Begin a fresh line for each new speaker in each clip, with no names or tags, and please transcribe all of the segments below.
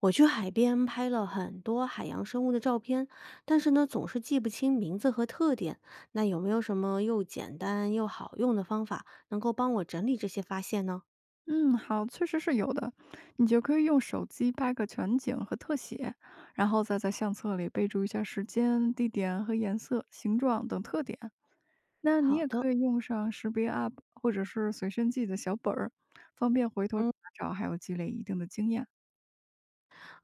我去海边拍了很多海洋生物的照片，但是呢，总是记不清名字和特点。那有没有什么又简单又好用的方法，能够帮我整理这些发现呢？
嗯，好，确实是有的。你就可以用手机拍个全景和特写，然后再在相册里备注一下时间、地点和颜色、形状等特点。那你
好
也
的，
可以用上识别 App 或者是随身记的小本儿，方便回头查
嗯
找，还有积累一定的经验。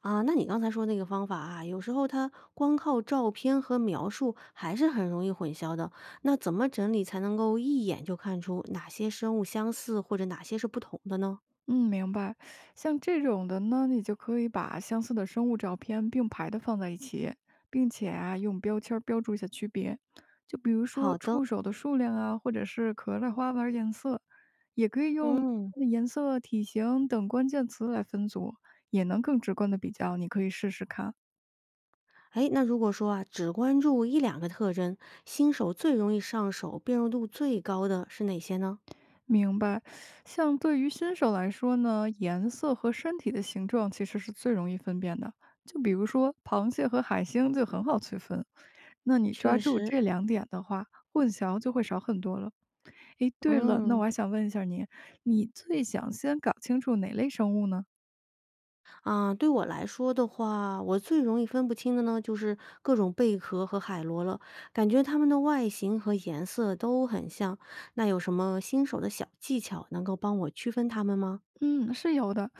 那你刚才说那个方法啊，有时候它光靠照片和描述还是很容易混淆的。那怎么整理才能够一眼就看出哪些生物相似或者哪些是不同的呢？
嗯，明白。像这种的呢，你就可以把相似的生物照片并排的放在一起，并且啊，用标签儿标注一下区别。就比如说
好的，
触手的数量啊，或者是壳的花纹儿颜色，也可以用
嗯。
它的颜色、体型等关键词来分组，也能更直观的比较。你可以试试看。
哎，那如果说啊，只关注一两个特征，新手最容易上手、辨认度最高的是哪些呢？
明白，像对于新手来说呢，颜色和身体的形状其实是最容易分辨的。就比如说螃蟹和海星就很好区分，那你抓
确
住
实，
这两点的话，混淆就会少很多了。诶，对了，那
嗯。
我还想问一下你，你最想先搞清楚哪类生物呢？
啊，对我来说的话，我最容易分不清的呢，就是各种贝壳和海螺了，感觉它们的外形和颜色都很像。那有什么新手的小技巧能够帮我区分它们吗？
嗯，是有的。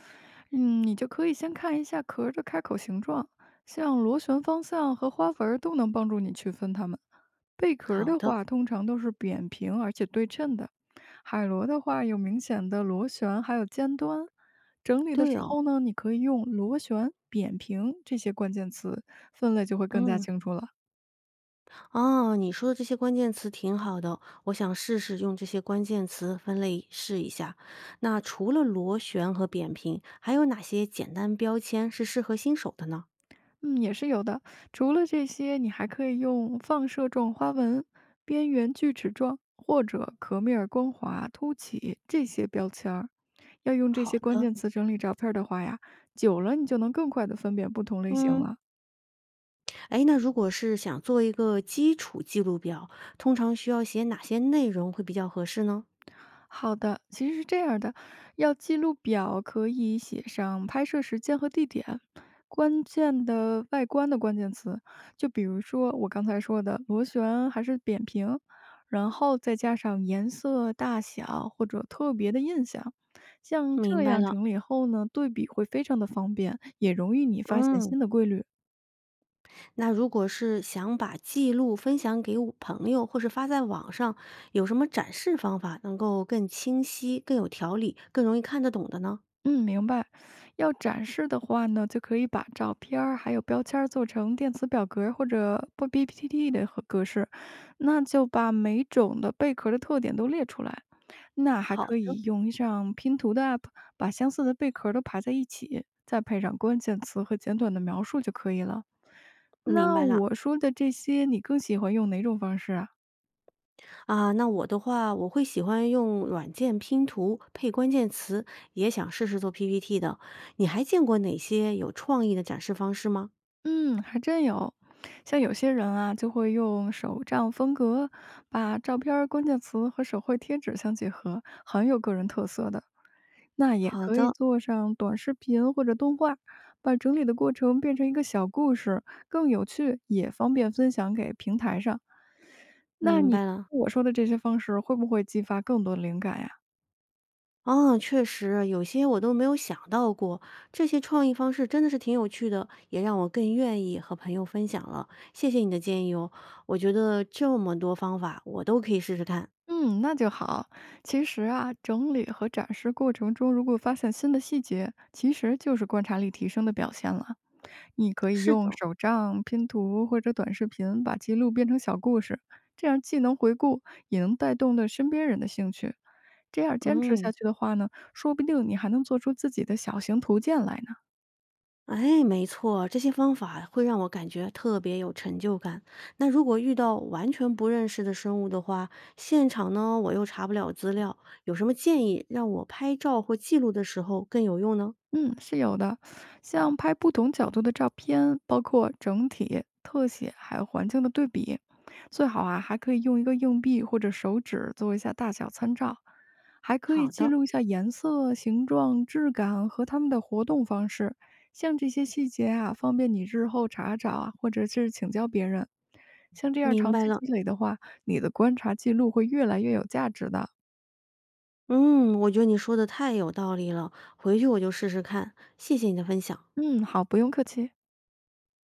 你就可以先看一下壳的开口形状，像螺旋方向和花纹儿都能帮助你区分它们。贝壳儿
好
的
的，
话，通常都是扁平而且对称的；海螺的话，有明显的螺旋，还有尖端。整理的时
对哦，
候呢，你可以用螺旋、扁平这些关键词分类，就会更加
嗯。
清楚了。
哦，你说的这些关键词挺好的，我想试试用这些关键词分类试一下。那除了螺旋和扁平，还有哪些简单标签是适合新手的呢？
嗯，也是有的。除了这些，你还可以用放射状花纹、边缘锯齿状或者壳面儿光滑凸起这些标签儿。要用这
好
些关
的，
键词整理照片儿的话呀，久了你就能更快的分辨不同类型
嗯。
了。
哎，那如果是想做一个基础记录表，通常需要写哪些内容会比较合适呢？
好的，其实是这样的，要记录表可以写上拍摄时间和地点，关键的外观的关键词，就比如说我刚才说的螺旋还是扁平，然后再加上颜色、大小或者特别的印象，像
明
这
白
样
了，
整理后呢，对比会非常的方便，也容易你发现
嗯。
新的规律。
那如果是想把记录分享给我朋友或是发在网上，有什么展示方法能够更清晰、更有条理、更容易看得懂的呢？
嗯，明白。要展示的话呢，就可以把照片儿还有标签儿做成电子表格儿或者不 b p t 的和格式，那就把每种的贝壳儿的特点都列出来。那还
好
可
的，
以用上拼图的 app，把相似的贝壳儿都排在一起，再配上关键词和简短的描述就可以了。
明
那
白了。
我说的这些，你更喜欢用哪种方式啊？
啊，那我的话，我会喜欢用软件拼图配关键词，也想试试做 PPT 的。你还见过哪些有创意的展示方式吗？
嗯，还真有。像有些人啊，就会用手账风格，把照片儿、关键词和手绘贴纸相结合，很有个人特色的。那也
好
可以
的，
做上短视频或者动画，把整理的过程变成一个小故事，更有趣，也方便分享给平台上。那
明
你
白了。
我说的这些方式，会不会激发更多的灵感呀？
哦，确实，有些我都没有想到过，这些创意方式真的是挺有趣的，也让我更愿意和朋友分享了。谢谢你的建议哦，我觉得这么多方法我都可以试试看。
嗯，那就好。其实啊，整理和展示过程中，如果发现新的细节，其实就是观察力提升的表现了。你可以
是
用
的，
手账、拼图或者短视频把记录变成小故事，这样既能回顾，也能带动的身边人的兴趣。这样坚持下
嗯。
去的话呢，说不定你还能做出自己的小型图鉴来呢。
哎，没错，这些方法会让我感觉特别有成就感。那如果遇到完全不认识的生物的话，现场呢我又查不了资料，有什么建议让我拍照或记录的时候更有用呢？
嗯，是有的。像拍不同角度的照片，包括整体、特写，还有环境的对比，最好啊还可以用一个硬币或者手指做一下大小参照，还可以
好
记
的，
录一下颜色、形状、质感和它们的活动方式。像这些细节啊，方便你日后查找啊，或者是请教别人。像这样
明
长
白
期
了。
积累的话，你的观察记录会越来越有价值的。
嗯，我觉得你说的太有道理了，回去我就试试看。谢谢你的分享。
嗯，好，不用客气。